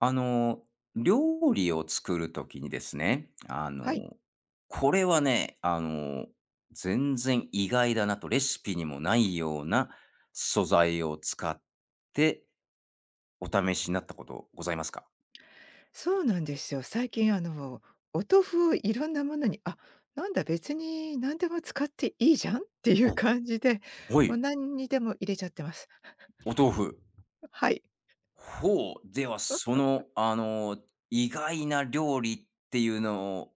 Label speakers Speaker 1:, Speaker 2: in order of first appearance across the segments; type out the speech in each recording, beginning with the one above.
Speaker 1: あの、料理を作るときにですね、
Speaker 2: はい、
Speaker 1: これはね、全然意外だなと、レシピにもないような素材を使ってお試しになったことございますか？
Speaker 2: そうなんですよ。最近お豆腐をいろんなものに、なんだ別に何でも使っていいじゃんっていう
Speaker 1: お、
Speaker 2: 感じで、
Speaker 1: は
Speaker 2: もう
Speaker 1: い、
Speaker 2: 何にでも入れちゃってます。
Speaker 1: お豆腐。
Speaker 2: はい。
Speaker 1: ほう、ではその、意外な料理っていうのを、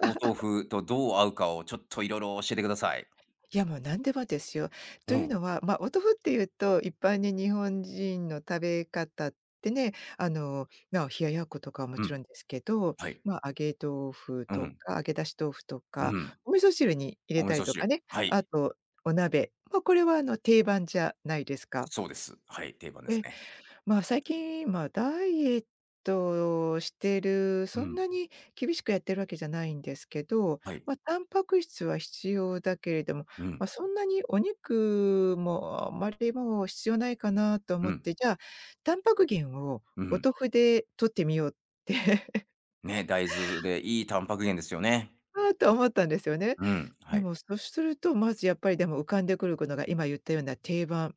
Speaker 1: お豆腐とどう合うかをちょっといろいろ教えてください。
Speaker 2: いや、もう何でもですよ。
Speaker 1: お
Speaker 2: という
Speaker 1: ん
Speaker 2: のは、まあ、お豆腐っていうと、一般に日本人の食べ方ってね、まあ、冷奴とかはも
Speaker 1: う
Speaker 2: ちろ
Speaker 1: ん、
Speaker 2: んですけど、
Speaker 1: はい、
Speaker 2: まあ、揚げ豆腐
Speaker 1: う
Speaker 2: と
Speaker 1: ん、
Speaker 2: か、揚げ出し豆腐と
Speaker 1: う
Speaker 2: か、
Speaker 1: ん、
Speaker 2: お味噌汁に入れ
Speaker 1: お
Speaker 2: た
Speaker 1: 味
Speaker 2: り
Speaker 1: 噌
Speaker 2: とか
Speaker 1: 汁、
Speaker 2: ね、
Speaker 1: は
Speaker 2: あ
Speaker 1: い。
Speaker 2: とお鍋、まあ、これはあの定番じゃないですか。
Speaker 1: そうです。はい、定番ですね。
Speaker 2: まあ、最近、まあ、ダイエットをしてる、
Speaker 1: う
Speaker 2: そん
Speaker 1: ん。
Speaker 2: なに厳しくやってるわけじゃないんですけど、
Speaker 1: はい。
Speaker 2: まあ、タンパク質は必要だけれども、
Speaker 1: うん。
Speaker 2: まあ、そんなにお肉もあまりもう必要ないかなと
Speaker 1: う
Speaker 2: 思っ
Speaker 1: ん。
Speaker 2: て、じゃあ、タンパク源を
Speaker 1: う
Speaker 2: お
Speaker 1: ん。
Speaker 2: 豆腐で摂ってみようって
Speaker 1: ね、大豆でいいタンパク源ですよね。
Speaker 2: あーと思ったんですよね。
Speaker 1: うん。は
Speaker 2: で
Speaker 1: い。
Speaker 2: も、そうすると、まずやっぱりでも浮かんでくるのが今言ったような定番。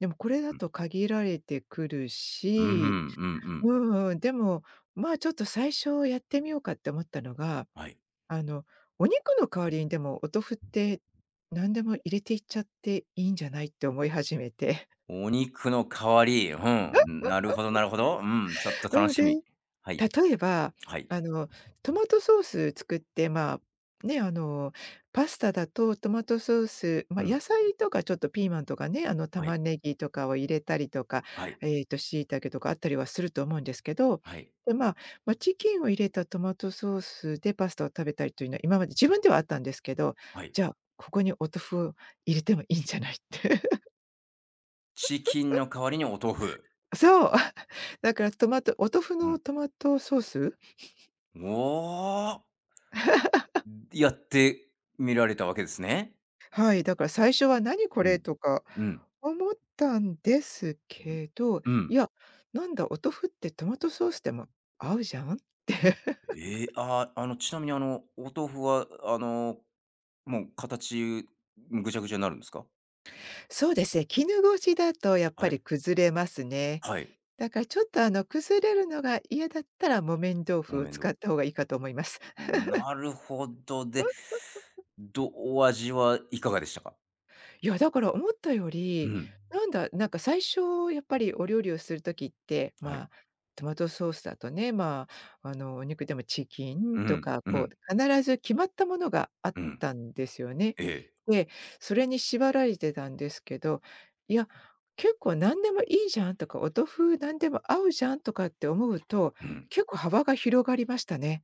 Speaker 2: でもこれだと限られてくる
Speaker 1: うん、うんう
Speaker 2: し、
Speaker 1: ん。
Speaker 2: うんうん、でも、まあ、ちょっと最初やってみようかって思ったのが、
Speaker 1: はい。
Speaker 2: あの、お肉の代わりにでもお豆腐って何でも入れていっちゃっていいんじゃないって思い始めて。
Speaker 1: お肉の代わり、うん。なるほどなるほど。うん、ちょっと
Speaker 2: う
Speaker 1: 楽
Speaker 2: ん、
Speaker 1: し
Speaker 2: で
Speaker 1: み。はい。
Speaker 2: 例えば、
Speaker 1: はい。
Speaker 2: あの、トマトソース作って、まあ、ね、パスタだとトマトソース、ま
Speaker 1: う
Speaker 2: あ、
Speaker 1: ん。
Speaker 2: 野菜とかちょっとピーマンとかね、
Speaker 1: は
Speaker 2: 玉
Speaker 1: い。
Speaker 2: ねぎとかを入れたりとか、
Speaker 1: はい。
Speaker 2: 椎茸とかあったりはすると思うんですけど、
Speaker 1: はい。
Speaker 2: で、まあ、チキンを入れたトマトソースでパスタを食べたりというのは今まで自分ではあったんですけど、
Speaker 1: はい。
Speaker 2: じゃあ、ここにお豆腐を入れてもいいんじゃないって。
Speaker 1: チキンの代わりにお豆腐。
Speaker 2: そう。だからトマトお豆腐
Speaker 1: うん。
Speaker 2: のトマトソース。
Speaker 1: おー、やってみられたわけですね。
Speaker 2: はい、だから最初は「何こ
Speaker 1: う
Speaker 2: れ」
Speaker 1: ん。
Speaker 2: とか
Speaker 1: うん。
Speaker 2: 思ったんです
Speaker 1: うん。
Speaker 2: けど、
Speaker 1: う
Speaker 2: い
Speaker 1: ん。
Speaker 2: や、なんだ、お豆腐ってトマトソースでも合うじゃん って。
Speaker 1: ええ、ああ、ちなみにお豆腐は、もう形、ぐちゃぐちゃになるんですか？
Speaker 2: そうですね、絹ごしだとやっぱ
Speaker 1: はい、
Speaker 2: り崩れますね。
Speaker 1: はい、
Speaker 2: だからちょっと崩れるのが嫌だったら木綿豆
Speaker 1: 木
Speaker 2: 腐を
Speaker 1: 綿豆
Speaker 2: 使
Speaker 1: 腐。
Speaker 2: った方がいいかと思います。
Speaker 1: なるほど。で、お味はいかがでしたか？
Speaker 2: いや、だから思ったよ
Speaker 1: う
Speaker 2: り、
Speaker 1: ん、
Speaker 2: なんだ、なんか最初やっぱりお料理をする時って、
Speaker 1: は
Speaker 2: ま
Speaker 1: い。
Speaker 2: あ、トマトソースだとね、まあ、お肉でもチキ
Speaker 1: う
Speaker 2: ンと
Speaker 1: ん、
Speaker 2: か、
Speaker 1: う
Speaker 2: こ
Speaker 1: ん、
Speaker 2: う、必ず決まったものがあっ
Speaker 1: うん。
Speaker 2: たんですよね。
Speaker 1: ええ、
Speaker 2: で、それに縛られてたんですけど、いや、結構何でもいいじゃんとか、お豆腐何でも合うじゃんとかって思うと、
Speaker 1: うん。
Speaker 2: 結構幅が広がりましたね。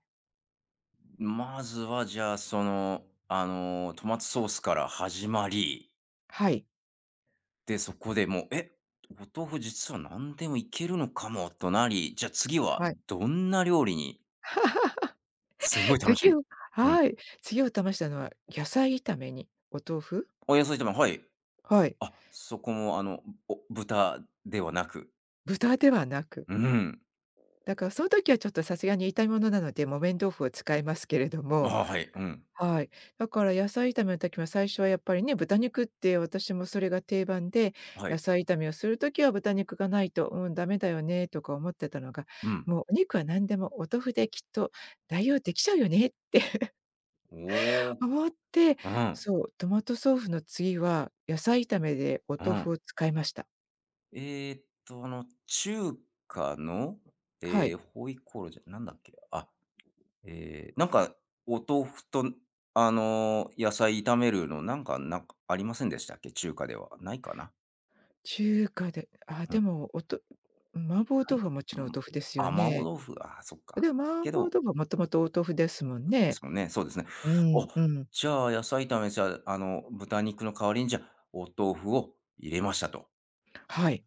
Speaker 1: まずはじゃあ、その、トマトソースから始まり、
Speaker 2: はい。
Speaker 1: で、そこでもう、お豆腐実は何でもいけるのかもとなり、じゃあ次は
Speaker 2: はい。
Speaker 1: どんな料理に。 すごい楽し
Speaker 2: 次
Speaker 1: み。
Speaker 2: を
Speaker 1: うん。
Speaker 2: はい、次を試したのは野菜炒めにお豆腐。
Speaker 1: お野そ炒め、はい。
Speaker 2: はい、
Speaker 1: あ、そこもお豚ではなく。
Speaker 2: 豚ではなく。
Speaker 1: うん。
Speaker 2: だからその時はちょっとさすがに炒め物なので、木綿豆腐を使いますけれども、
Speaker 1: あ、はい。うん。
Speaker 2: はい。だから野菜炒めの時は最初はやっぱりね、豚肉って私もそれが定番で、
Speaker 1: は
Speaker 2: 野
Speaker 1: い。
Speaker 2: 菜炒めをする時は豚肉がないと、うん、ダメだよねとか思ってたのが、
Speaker 1: うん。
Speaker 2: もうお肉は何でもお豆腐できっと代用できちゃうよね、
Speaker 1: おお。
Speaker 2: 変わって、
Speaker 1: うん。
Speaker 2: そう、トマトソースの次は、野菜炒めでお
Speaker 1: う
Speaker 2: 豆腐
Speaker 1: ん。
Speaker 2: を使いました。
Speaker 1: え中華の、
Speaker 2: はい。
Speaker 1: ホイコーローじゃなんだっけ、あ、なんか、お豆腐と、野菜炒めるの、なんかありませんでしたっけ？中華では。ないかな？
Speaker 2: 中華で、
Speaker 1: うん、
Speaker 2: でも、麻婆
Speaker 1: な
Speaker 2: 豆
Speaker 1: い。
Speaker 2: 腐はも
Speaker 1: う
Speaker 2: ちろんお
Speaker 1: ん。
Speaker 2: 豆腐です
Speaker 1: あ、
Speaker 2: よ
Speaker 1: 麻婆
Speaker 2: ね。
Speaker 1: 豆腐、ああ、そっか。
Speaker 2: でも麻
Speaker 1: け
Speaker 2: 婆豆
Speaker 1: ど
Speaker 2: 腐はもともとお豆腐ですもん
Speaker 1: で
Speaker 2: ね。
Speaker 1: すもんね。そうですね。
Speaker 2: う
Speaker 1: お、
Speaker 2: ん、うん、
Speaker 1: じゃあ、野菜炒め、じゃあ、豚肉の代わりに、じゃあ、お豆腐を入れましたと。
Speaker 2: はい。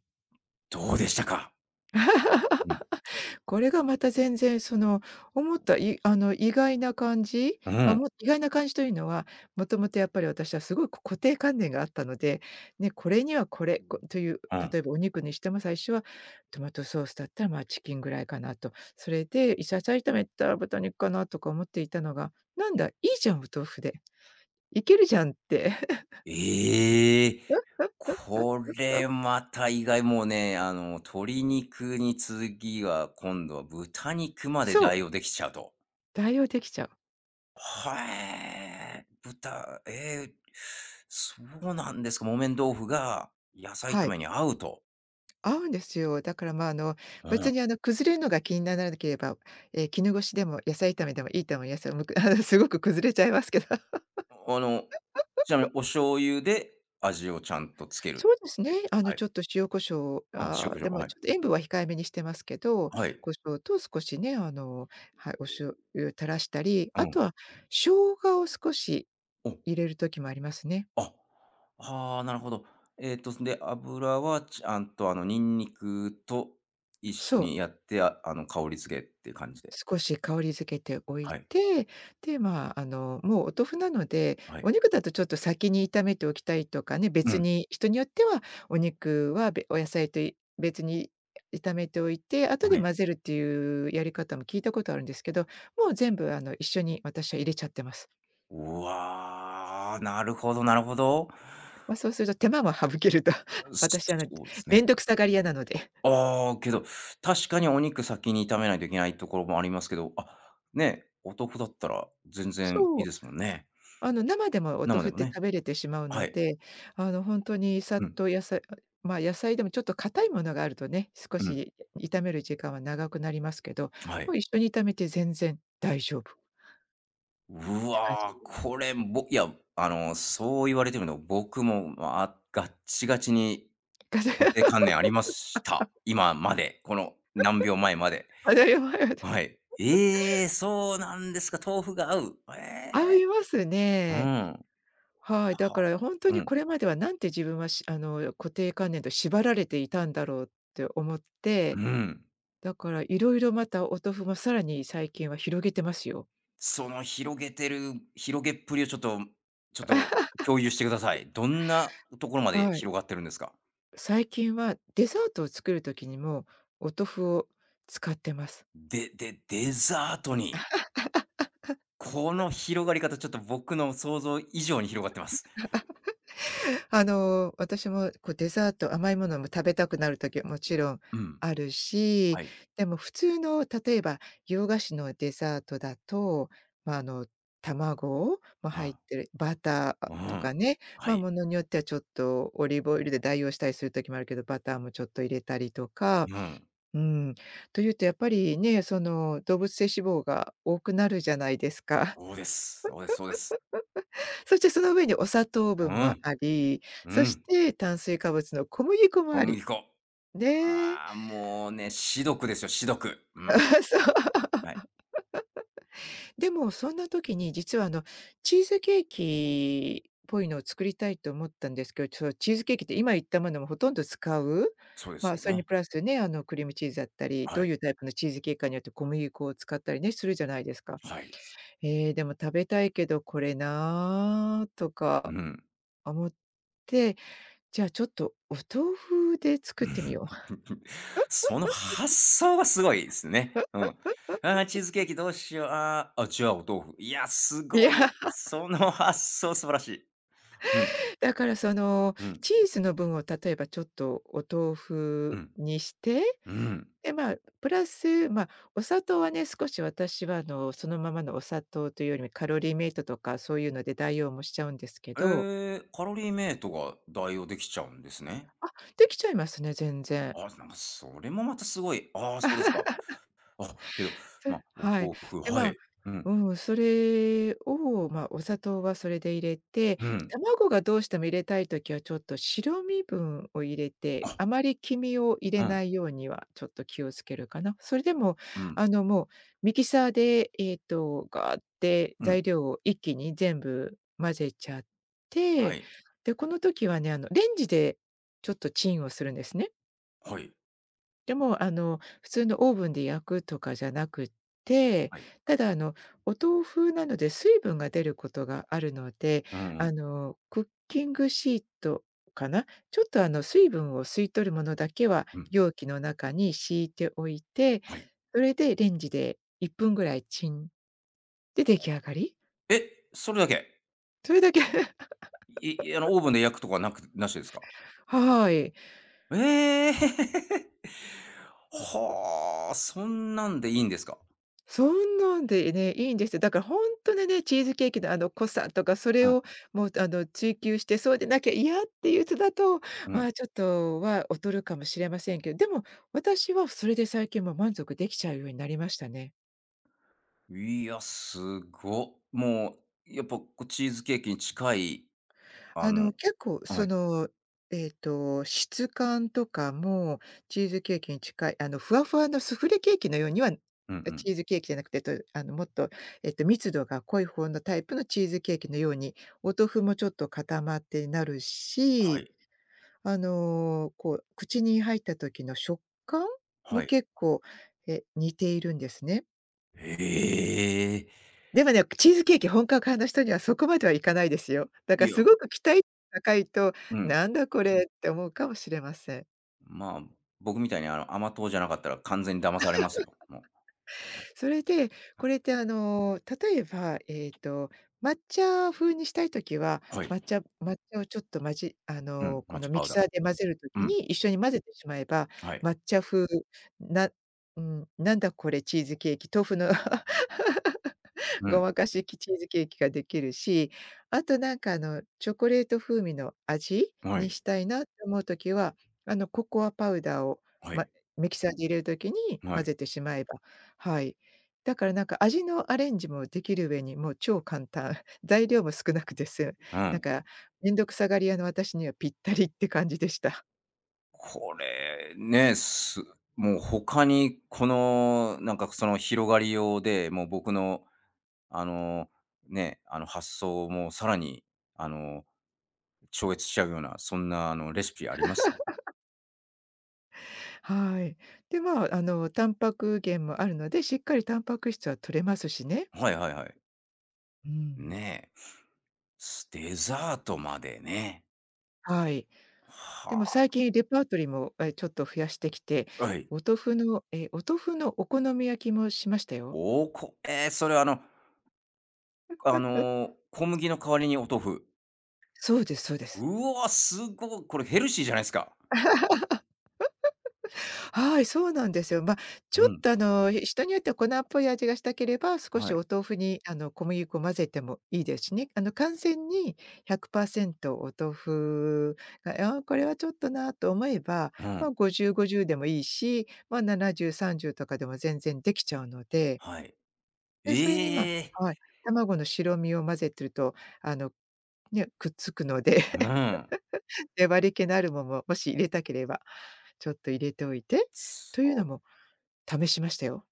Speaker 1: どうでしたか？うん。
Speaker 2: これがまた全然その、思った、いあの、意外な感じ、
Speaker 1: うん、
Speaker 2: も意外な感じというのは、もともとやっぱり私はすごく固定観念があったので、ね、これにはこれ、こという、
Speaker 1: うん。
Speaker 2: 例えばお肉にしても最初はトマトソースだったら、まあ、チキンぐらいかなと。それで、いささ炒めたら豚肉かなとか思っていたのが、なんだ、いいじゃん、お豆腐で。いけるじゃんって
Speaker 1: ええ。これ また意外、もうね、鶏肉に次は、今度は豚肉まで
Speaker 2: そう、
Speaker 1: 代用できちゃうと。
Speaker 2: 代用できちゃう。
Speaker 1: はえ。ええ、そうなんですか。木綿豆腐が野菜
Speaker 2: は
Speaker 1: 炒め
Speaker 2: い。
Speaker 1: に合うと。
Speaker 2: 合うんですよ。だからまあ、
Speaker 1: う
Speaker 2: 別
Speaker 1: ん。
Speaker 2: に崩れるのが気にならなければ、ええ、絹ごしでも野菜炒めでもいいと思います。すごく崩れちゃいますけど。
Speaker 1: あの、ちなみにお醤油で味をちゃんとつける
Speaker 2: そうです
Speaker 1: っ
Speaker 2: ね、
Speaker 1: て。は
Speaker 2: ち
Speaker 1: い。
Speaker 2: ょっと塩コショウ、
Speaker 1: 塩ん、塩胡椒、
Speaker 2: でも
Speaker 1: はい。
Speaker 2: ちょっと塩分は控えめにしてますけど、
Speaker 1: はい。
Speaker 2: コショウと少しね、はい、お醤油垂らしたり、
Speaker 1: う
Speaker 2: あと
Speaker 1: ん。
Speaker 2: は生姜を少し
Speaker 1: お、
Speaker 2: 入れる時もありますね。
Speaker 1: あ、ああ、なるほど。で、油はちゃんと、ニンニクと一緒
Speaker 2: そう。
Speaker 1: にやって、香り付けっていう感じで。
Speaker 2: 少し香りづけておい
Speaker 1: はい。
Speaker 2: て、で、まあ、もうお豆腐なので、
Speaker 1: はい。
Speaker 2: お肉だとちょっと先に炒めておきたいとかね、
Speaker 1: う
Speaker 2: 別
Speaker 1: ん。
Speaker 2: に人によってはお肉はお野菜と別に炒めておいて、後
Speaker 1: は
Speaker 2: で
Speaker 1: い。
Speaker 2: 混ぜるっていうやり方も聞いたことあるんですけど、もう全部一緒に私は入れちゃってます。
Speaker 1: うわー、なるほどなるほど。
Speaker 2: ま、そうすると手間も省けると、私
Speaker 1: そうですね。
Speaker 2: 面倒くさがり屋なので。
Speaker 1: ああ、けど、確かにお肉先に炒めないといけないところもありますけど、あ、ね、お豆腐だったら全然いい
Speaker 2: そう。
Speaker 1: ですもんね。
Speaker 2: 生でもお豆
Speaker 1: 生で
Speaker 2: 腐っ
Speaker 1: も
Speaker 2: て
Speaker 1: ね。
Speaker 2: 食べれてしまう
Speaker 1: は
Speaker 2: の
Speaker 1: い。
Speaker 2: で、本当にさ
Speaker 1: う
Speaker 2: っ
Speaker 1: ん、
Speaker 2: と野菜まあ、ま野菜でもちょっと硬いものがあるとね、少
Speaker 1: うん、
Speaker 2: し炒める時間は長くなりますけど、
Speaker 1: は
Speaker 2: も
Speaker 1: い。
Speaker 2: う一緒に炒めて全然大丈夫っ
Speaker 1: う
Speaker 2: て感じ。
Speaker 1: わ、これ、ぼいや、あの、そう言われてみると、僕も、まあ、ガッチガチに
Speaker 2: かた
Speaker 1: 固定観 念ありました。今まで、この何秒前まで。
Speaker 2: 当たり前だ。
Speaker 1: はい。ええ、そうなんですか、豆腐が合う。え
Speaker 2: 合い
Speaker 1: え。
Speaker 2: ます
Speaker 1: う
Speaker 2: ね。
Speaker 1: ん。
Speaker 2: はい、だか
Speaker 1: はあ。
Speaker 2: ら本当
Speaker 1: う
Speaker 2: にこ
Speaker 1: ん、
Speaker 2: れまではなんて自分はしあの、固定観念と縛られていたんだろうって思っ
Speaker 1: う
Speaker 2: て、
Speaker 1: ん。
Speaker 2: だからいろいろまたお豆腐もさらに最近は広げてますよ。
Speaker 1: その広げてる広げっぷりをちょっと共有してください。どんなところまで
Speaker 2: はい。
Speaker 1: 広がってるんですか？
Speaker 2: 最近はデザートを作る時にも、お豆腐を使ってます。
Speaker 1: で、デザートに、この広がり方ちょっと僕の想像以上に広がってます。
Speaker 2: 私もデザート、甘いものも食べたくなる時はもちろん
Speaker 1: うん、
Speaker 2: ある
Speaker 1: は
Speaker 2: し、
Speaker 1: い。
Speaker 2: でも普通の例えば洋菓子のデザートだと、まあ、卵も入っ
Speaker 1: あ、
Speaker 2: てる、バター
Speaker 1: う
Speaker 2: と
Speaker 1: ん。
Speaker 2: かね、
Speaker 1: は
Speaker 2: まあ、
Speaker 1: い。
Speaker 2: ものによってはちょっとオリーブオイルで代用したりする時もあるけど、バターもちょっと入れたりとか、
Speaker 1: うん。
Speaker 2: うん。というとやっぱりね、動物性脂肪が多くなるじゃないですか。
Speaker 1: そうです。そうですそうです。
Speaker 2: そしてその上にお砂糖
Speaker 1: う
Speaker 2: 分も
Speaker 1: ん、
Speaker 2: あり、
Speaker 1: う
Speaker 2: そし
Speaker 1: ん。
Speaker 2: て炭水化物の小麦粉も
Speaker 1: 小
Speaker 2: あ
Speaker 1: 麦
Speaker 2: り。
Speaker 1: 粉。
Speaker 2: ねえ。
Speaker 1: ああ、もうね、しどくですよ、しどく。う ん、
Speaker 2: そう。
Speaker 1: は い。
Speaker 2: でもそんな時に実はチーズケーキっぽいのを作りたいと思ったんですけど、チーズケーキって今言ったものもほとんど使う、
Speaker 1: そうで
Speaker 2: ま
Speaker 1: す
Speaker 2: あ、
Speaker 1: よ
Speaker 2: それ
Speaker 1: ね。
Speaker 2: にプラスね、クリームチーズだったり、
Speaker 1: は
Speaker 2: どう
Speaker 1: い、
Speaker 2: いうタイプのチーズケーキかによって小麦粉を使ったりね、するじゃないですか。
Speaker 1: はい。
Speaker 2: ええ、でも食べたいけどこれなーと
Speaker 1: う
Speaker 2: か
Speaker 1: ん。
Speaker 2: 思って、じゃあちょっとお豆腐で作ってみよ
Speaker 1: その発想がすごいですね。うん。あー、チーズケーキどうしよう。あーあ、じゃあお豆腐。いや、す
Speaker 2: う。い
Speaker 1: ご
Speaker 2: や、
Speaker 1: い。その発想素晴らしい。うん、
Speaker 2: だからその
Speaker 1: うん、
Speaker 2: チーズの分を例えばちょっとお豆
Speaker 1: う
Speaker 2: 腐
Speaker 1: ん、
Speaker 2: にして、
Speaker 1: うん。
Speaker 2: で、まあ、プラス、まあ、お砂糖はね、少し私はそのままのお砂糖というよりもカロリーメイトとかそういうので代用もしちゃうんですけ
Speaker 1: え
Speaker 2: ど、
Speaker 1: ー、カロリーメイトが代用できちゃうんですね。
Speaker 2: できちゃいますね、全然。
Speaker 1: あ、なんかそれもまたすごい。ああ、そうですか。あ、けど、まあ、お
Speaker 2: はい。
Speaker 1: 豆腐、
Speaker 2: で、
Speaker 1: は
Speaker 2: まあ、
Speaker 1: い。うん、
Speaker 2: うん、それを、まあ、お砂糖はそれで入れて、
Speaker 1: うん、
Speaker 2: 卵がどうしても入れたい時はちょっと白身分を入れて、あまり黄身を入れ
Speaker 1: うん、
Speaker 2: ないようにはちょっと気をつけるかな。それでも、
Speaker 1: うん、
Speaker 2: もうミキサーで、ガーって
Speaker 1: うん。
Speaker 2: 材料を一気に全部混ぜちゃっ
Speaker 1: は
Speaker 2: て、
Speaker 1: い、
Speaker 2: で、この時はね、レンジでちょっとチンをするんですね。
Speaker 1: はい、
Speaker 2: でも、普通のオーブンで焼くとかじゃなくって、
Speaker 1: はい。
Speaker 2: ただ、お豆腐なので水分が出ることがあるので、
Speaker 1: うんうん、
Speaker 2: クッキングシートかな、ちょっと、水分を吸い取るものだけは
Speaker 1: うん、
Speaker 2: 容器の中に敷いておいて、
Speaker 1: はい。
Speaker 2: それでレンジで1分ぐらいチンで出来上がり。
Speaker 1: え、それだけ？
Speaker 2: それだけ
Speaker 1: いいあの、オーブンで焼くとかなくなしですか？
Speaker 2: はい。
Speaker 1: ええ！はあ、そんなんでいいんですか？
Speaker 2: そんなんでね、いいんですよ。だから本当にね、チーズケーキのあの濃さとか、そ
Speaker 1: う
Speaker 2: れ
Speaker 1: ん、
Speaker 2: をもう追求して、そうでなきゃ嫌っていう人だと、
Speaker 1: う
Speaker 2: ま
Speaker 1: ん。
Speaker 2: あ、ちょっとは劣るかもしれませんけど、でも、私はそれで最近も満足できちゃうようになりましたね。
Speaker 1: いや、すご。もう、やっぱ、こう、チーズケーキに近い、あの
Speaker 2: 結構
Speaker 1: は
Speaker 2: そ
Speaker 1: い。
Speaker 2: の、質感とかもチーズケーキに近い、あの、ふわふわのスフレケーキのようには、
Speaker 1: うんう
Speaker 2: え、
Speaker 1: ん。
Speaker 2: チーズケーキじゃなくて、ともっと、密度が濃い方のタイプのチーズケーキのように、お豆腐もちょっと固まってなる
Speaker 1: は
Speaker 2: し、
Speaker 1: い。
Speaker 2: あの、こう口に入った時の食感も
Speaker 1: はい。
Speaker 2: 結構、え、似ているんですね。
Speaker 1: へえ。
Speaker 2: でもね、チーズケーキ本格派の人にはそこまではいかないですよ。だか
Speaker 1: い
Speaker 2: ら
Speaker 1: や、
Speaker 2: すごく期待高いと、
Speaker 1: うん。
Speaker 2: なんだこれって思うかもしれません。
Speaker 1: まあ、僕みたいに、甘党じゃなかったら完全に騙されますよ、もう。
Speaker 2: それで、これってあの、例えば、抹茶風にしたいときは、
Speaker 1: はい。
Speaker 2: 抹茶をちょっとまじあ
Speaker 1: うん、
Speaker 2: の、
Speaker 1: マ
Speaker 2: こ
Speaker 1: ッチ
Speaker 2: の
Speaker 1: パ
Speaker 2: ミ
Speaker 1: ウ
Speaker 2: キ
Speaker 1: ダー。
Speaker 2: サーで混ぜる時
Speaker 1: うん、
Speaker 2: に一緒に混ぜてしまえば、
Speaker 1: はい。
Speaker 2: 抹茶風なうん、なんだこれチーズケーキ、豆腐の
Speaker 1: う
Speaker 2: ご
Speaker 1: ん、
Speaker 2: まかしきチーズケーキができるし、あとなんかあの、チョコレート風味の味
Speaker 1: は
Speaker 2: に
Speaker 1: い。
Speaker 2: したいなって思う時は、ココアパウダーを、
Speaker 1: は
Speaker 2: ま、
Speaker 1: い。
Speaker 2: ミキサーで入れる時に
Speaker 1: は
Speaker 2: 混
Speaker 1: い。
Speaker 2: ぜてしまえば、はい。だからなんか味のアレンジもできる上に、もう超簡単、材料も少なくて済む。
Speaker 1: う
Speaker 2: なん
Speaker 1: ん。
Speaker 2: かめんどくさがり屋の私にはぴったりって感じでした。
Speaker 1: これ、ね、もう他にこの、なんかその広がりようで、もう僕のあの、ね、発想もさらにあの、超越しちゃうような、そんなレシピあります？
Speaker 2: はい。で、まあ、タンパク源もあるので、しっかりタンパク質は摂れますしね。
Speaker 1: はいはいはい。
Speaker 2: うん。
Speaker 1: ねえ。デザートまでね。
Speaker 2: はい。でも
Speaker 1: は
Speaker 2: 最近レパートリーも、え、ちょっと増やしてきて、
Speaker 1: あ、はい。
Speaker 2: お豆腐のお好み焼きもしましたよ。
Speaker 1: おこえー、それは小麦の代わりにお豆腐。
Speaker 2: そうですそうです。
Speaker 1: うわ、すごいこれヘルシーじゃないですか。
Speaker 2: はい、そうなんですよ。まあ、ち
Speaker 1: う
Speaker 2: ょっ
Speaker 1: ん、
Speaker 2: とあの、人によっては粉っぽい味がしたければ、少
Speaker 1: は
Speaker 2: し
Speaker 1: い。
Speaker 2: お豆腐に小麦粉を混ぜてもいいですしね。あの、完全に100%お豆腐が、あ、これはちょっとなと思えば、
Speaker 1: う
Speaker 2: まあ、
Speaker 1: ん、
Speaker 2: 50、50でもいいし、まあ、70、30とかでも全然できちゃうので、
Speaker 1: はい。
Speaker 2: で、それに、ま
Speaker 1: ええ。
Speaker 2: あはい、卵の白身を混ぜてると、あの、ね、くっつくので
Speaker 1: う ん。
Speaker 2: 粘り気のあるものももし入れたければ、ちょっと入れておいてという
Speaker 1: そ
Speaker 2: のも
Speaker 1: う。
Speaker 2: 試しましたよ。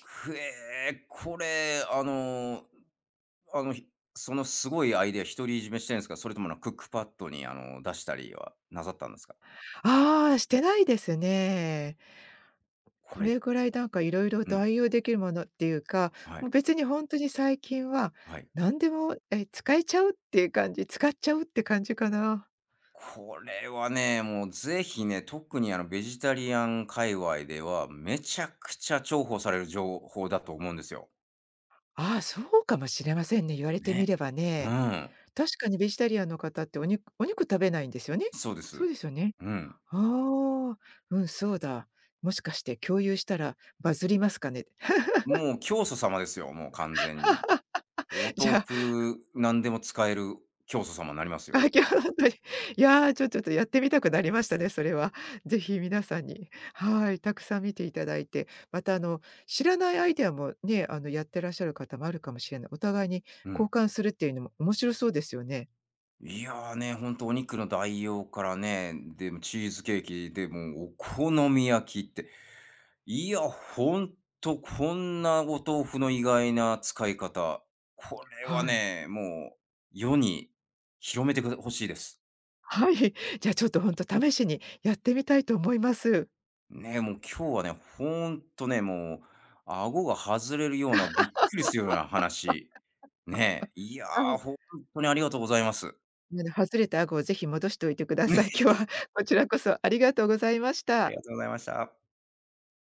Speaker 1: くえー、これ、あの、ひそのすごいアイデア独り占めしてるんですか？それとも、クックパッドに、出したりはなさったんですか？
Speaker 2: ああ、してないですね。
Speaker 1: こ
Speaker 2: こ
Speaker 1: れ
Speaker 2: れぐらいなんかいろいろ
Speaker 1: うん、
Speaker 2: 代用できるものっていうか、
Speaker 1: は
Speaker 2: も
Speaker 1: い、
Speaker 2: う別にほんとに最近は
Speaker 1: はい。
Speaker 2: 何でも、え、使えちゃうっていう感じ、使っちゃうって感じかな。
Speaker 1: これはね、もうぜひね、特に、ベジタリアン界隈では、めちゃくちゃ重宝される情報だと思うんですよ。
Speaker 2: ああ、そうかもしれませんね、言われてみ
Speaker 1: ね。
Speaker 2: れば
Speaker 1: う
Speaker 2: ね。
Speaker 1: ん。
Speaker 2: 確かにベジタリアンの方ってお肉食べないんですよね？
Speaker 1: そうで
Speaker 2: そう
Speaker 1: す。
Speaker 2: ですよね。
Speaker 1: うん。
Speaker 2: ああ、うん、そうだ。もしかして共有したらバズりますかね？
Speaker 1: もう教祖様ですよ、もう完全に。お
Speaker 2: じゃ
Speaker 1: 豆
Speaker 2: あ
Speaker 1: 腐、何でも使える教祖様になります
Speaker 2: あ、
Speaker 1: よ。
Speaker 2: 今日ほんに。いやー、ちょっとやってみたくなりましたね、それは。ぜひ皆さんに、はい、たくさん見ていただいて、また知らないアイデアもね、あの、やってらっしゃる方もあるかもしれない。お互いに
Speaker 1: うん。
Speaker 2: 交換するっていうのも面白そうですよね。
Speaker 1: いや、ね、ほんとお肉の代用からね、でもチーズケーキ、でもお好み焼きって、いや、ほんとこんなお豆腐の意外な使い方、これは
Speaker 2: はい。
Speaker 1: ね、もう世に広めてほしいです。
Speaker 2: はい。じゃあちょっと本当試しにやってみたいと思います。
Speaker 1: ね、もう今日はね、ほんとね、もう顎が外れるような、びっくりするような話、ね、いや
Speaker 2: は
Speaker 1: ー、
Speaker 2: い。
Speaker 1: ほんとにありがとうございます。
Speaker 2: なの外れた顎をぜひ戻しておいてくだ
Speaker 1: う
Speaker 2: さい。
Speaker 1: ん。
Speaker 2: 今日はこちらこそありがとうございまし
Speaker 1: あり
Speaker 2: た。
Speaker 1: がとうございました。